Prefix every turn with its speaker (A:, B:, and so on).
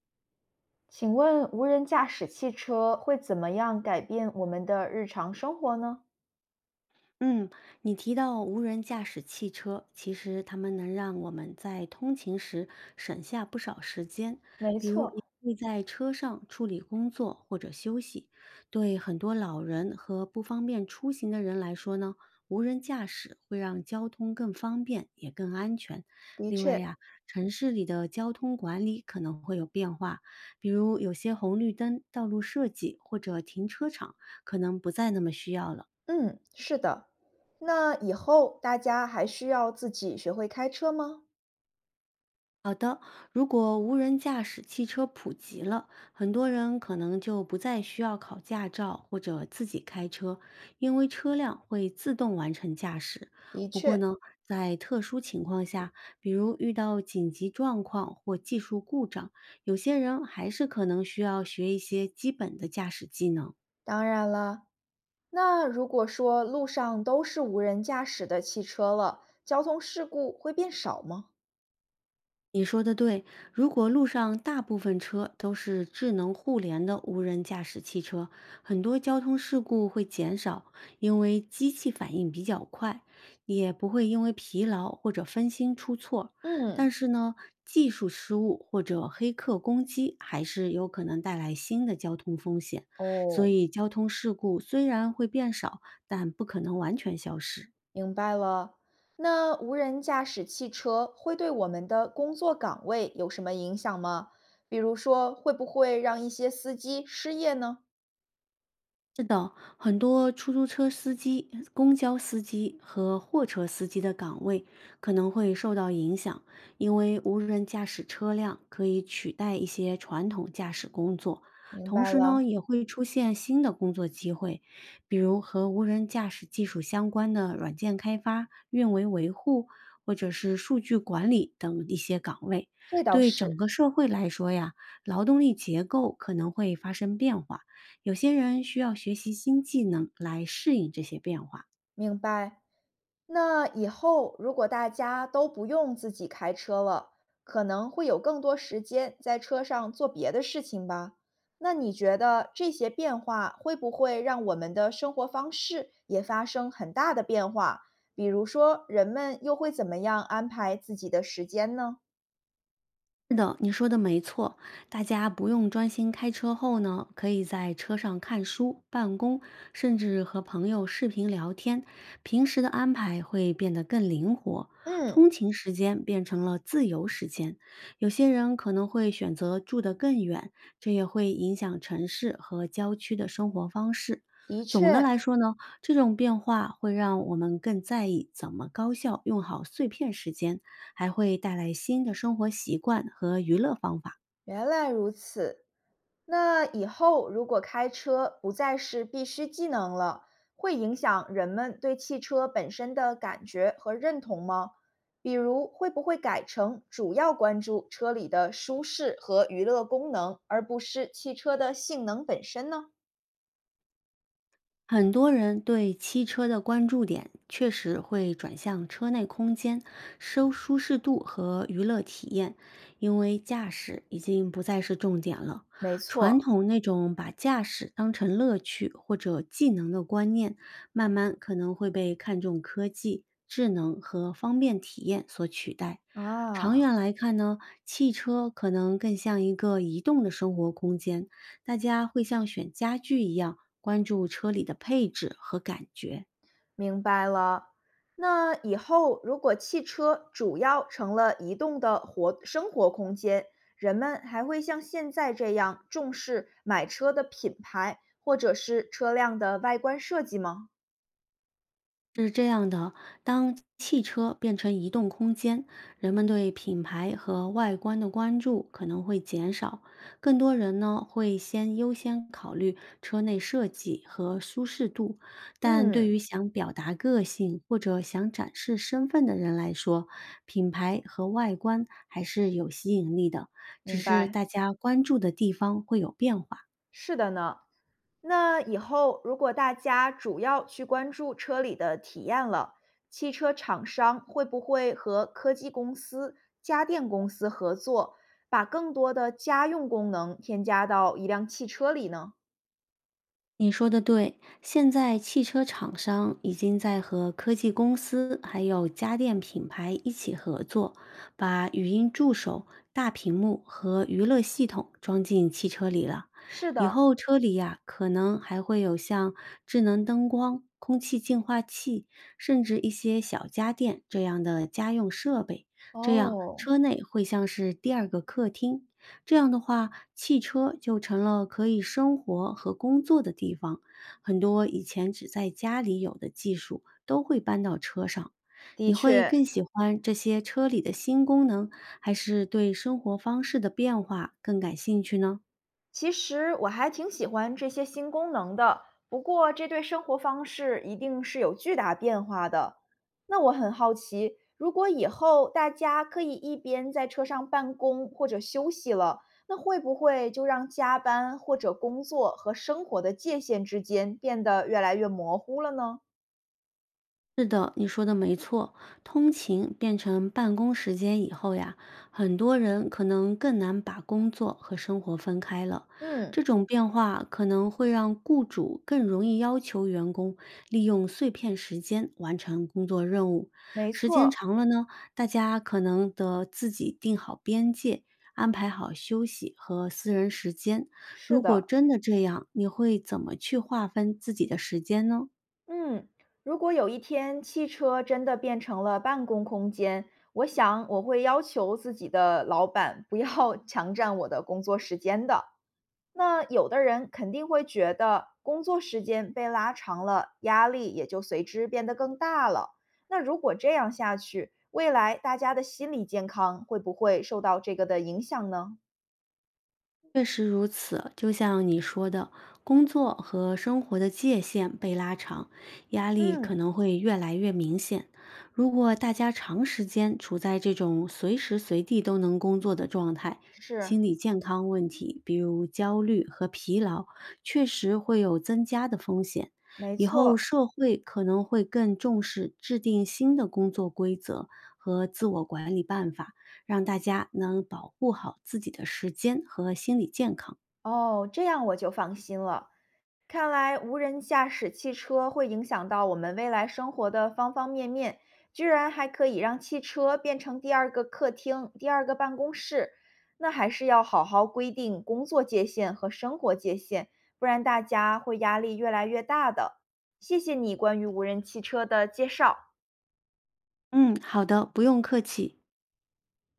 A: 请问无人驾驶汽车会怎么样改变我们的日常生活呢？
B: 嗯，你提到无人驾驶汽车，其实它们能让我们在通勤时省下不少时间，
A: 没
B: 比如
A: 错，
B: 你可以在车上处理工作或者休息。对很多老人和不方便出行的人来说呢，无人驾驶会让交通更方便，也更安全。
A: 的
B: 另外
A: 确，
B: 呀，城市里的交通管理可能会有变化，比如有些红绿灯、道路设计或者停车场可能不再那么需要了。
A: 嗯，是的。那以后大家还需要自己学会开车吗？
B: 好的，如果无人驾驶汽车普及了，很多人可能就不再需要考驾照或者自己开车，因为车辆会自动完成驾驶。
A: 的
B: 不过
A: 确，
B: 呢，在特殊情况下，比如遇到紧急状况或技术故障，有些人还是可能需要学一些基本的驾驶技能。
A: 当然了。那如果说路上都是无人驾驶的汽车了，交通事故会变少吗？
B: 你说的对，如果路上大部分车都是智能互联的无人驾驶汽车，很多交通事故会减少，因为机器反应比较快，也不会因为疲劳或者分心出错。
A: 嗯，
B: 但是呢，技术失误或者黑客攻击还是有可能带来新的交通风险，所
A: 哦，
B: 以交通事故虽然会变少，但不可能完全消失。
A: 明白了。那无人驾驶汽车会对我们的工作岗位有什么影响吗？比如说，会不会让一些司机失业呢？
B: 是的，很多出租车司机、公交司机和货车司机的岗位可能会受到影响，因为无人驾驶车辆可以取代一些传统驾驶工作，
A: 明
B: 同
A: 白
B: 时呢，
A: 了，
B: 也会出现新的工作机会，比如和无人驾驶技术相关的软件开发、运维维护，或者是数据管理等一些岗位。
A: 这倒
B: 对
A: 是。
B: 整个社会来说呀，劳动力结构可能会发生变化。有些人需要学习新技能来适应这些变化。
A: 明白。那以后如果大家都不用自己开车了，可能会有更多时间在车上做别的事情吧？那你觉得这些变化会不会让我们的生活方式也发生很大的变化？比如说，人们又会怎么样安排自己的时间呢？
B: 是的，你说的没错。大家不用专心开车后呢，可以在车上看书、办公，甚至和朋友视频聊天。平时的安排会变得更灵活，
A: 嗯，
B: 通勤时间变成了自由时间。有些人可能会选择住得更远，这也会影响城市和郊区的生活方式。
A: 的
B: 总的
A: 确，
B: 来说呢，这种变化会让我们更在意怎么高效用好碎片时间，还会带来新的生活习惯和娱乐方法。
A: 原来如此。那以后如果开车不再是必须技能了，会影响人们对汽车本身的感觉和认同吗？比如，会不会改成主要关注车里的舒适和娱乐功能，而不是汽车的性能本身呢？
B: 很多人对汽车的关注点确实会转向车内空间、收舒适度和娱乐体验，因为驾驶已经不再是重点了。
A: 没
B: 传
A: 错
B: 统那种把驾驶当成乐趣或者技能的观念，慢慢可能会被看重科技、智能和方便体验所取代。长远
A: 啊。
B: 来看呢，汽车可能更像一个移动的生活空间，大家会像选家具一样关注车里的配置和感觉。
A: 明白了。那以后如果汽车主要成了移动的活生活空间，人们还会像现在这样重视买车的品牌或者是车辆的外观设计吗？
B: 是这样的，当汽车变成移动空间，人们对品牌和外观的关注可能会减少，更多人呢会先优先考虑车内设计和舒适度。但对于
A: 嗯，
B: 想表达个性或者想展示身份的人来说，品牌和外观还是有吸引力的，只
A: 明
B: 是
A: 白。
B: 大家关注的地方会有变化。
A: 是的呢，那以后如果大家主要去关注车里的体验了，汽车厂商会不会和科技公司、家电公司合作，把更多的家用功能添加到一辆汽车里呢？
B: 你说的对，现在汽车厂商已经在和科技公司还有家电品牌一起合作，把语音助手、大屏幕和娱乐系统装进汽车里了。
A: 是
B: 以
A: 的，
B: 后车里呀、可能还会有像智能灯光、空气净化器，甚至一些小家电这样的家用设备。这样，
A: 哦，
B: 车内会像是第二个客厅，这样的话，汽车就成了可以生活和工作的地方，很多以前只在家里有的技术都会搬到车上。
A: 的
B: 你会
A: 确，
B: 更喜欢这些车里的新功能，还是对生活方式的变化更感兴趣呢？
A: 其实我还挺喜欢这些新功能的，不过这对生活方式一定是有巨大变化的。那我很好奇，如果以后大家可以一边在车上办公或者休息了，那会不会就让加班或者工作和生活的界限之间变得越来越模糊了呢？
B: 是的，你说的没错。通勤变成办公时间以后呀，很多人可能更难把工作和生活分开了。
A: 嗯，
B: 这种变化可能会让雇主更容易要求员工利用碎片时间完成工作任务。
A: 没
B: 时间
A: 错，
B: 长了呢，大家可能得自己定好边界，安排好休息和私人时间。
A: 是
B: 如果
A: 的。
B: 真的这样，你会怎么去划分自己的时间呢？
A: 嗯，如果有一天汽车真的变成了办公空间，我想我会要求自己的老板不要 强占我的工作时间的。那有的人肯定会觉得工作时间被拉长了，压力也就随之变得更大了。那如果这样下去，未来大家的心理健康会不会受到这个的影响呢？
B: 确实如此，就像你说的，工作和生活的界限被拉长，压力
A: 嗯，
B: 可能会越来越明显。如果大家长时间处在这种随时随地都能工作的状态，
A: 是，
B: 心理健康问题，比如焦虑和疲劳，确实会有增加的风险。
A: 没
B: 以后
A: 错。
B: 社会可能会更重视制定新的工作规则和自我管理办法。让大家能保护好自己的时间和心理健康。
A: 哦，这样我就放心了。看来无人驾驶汽车会影响到我们未来生活的方方面面，居然还可以让汽车变成第二个客厅、第二个办公室，那还是要好好规定工作界限和生活界限，不然大家会压力越来越大的。谢谢你关于无人汽车的介绍。
B: 嗯，好的，不用客气。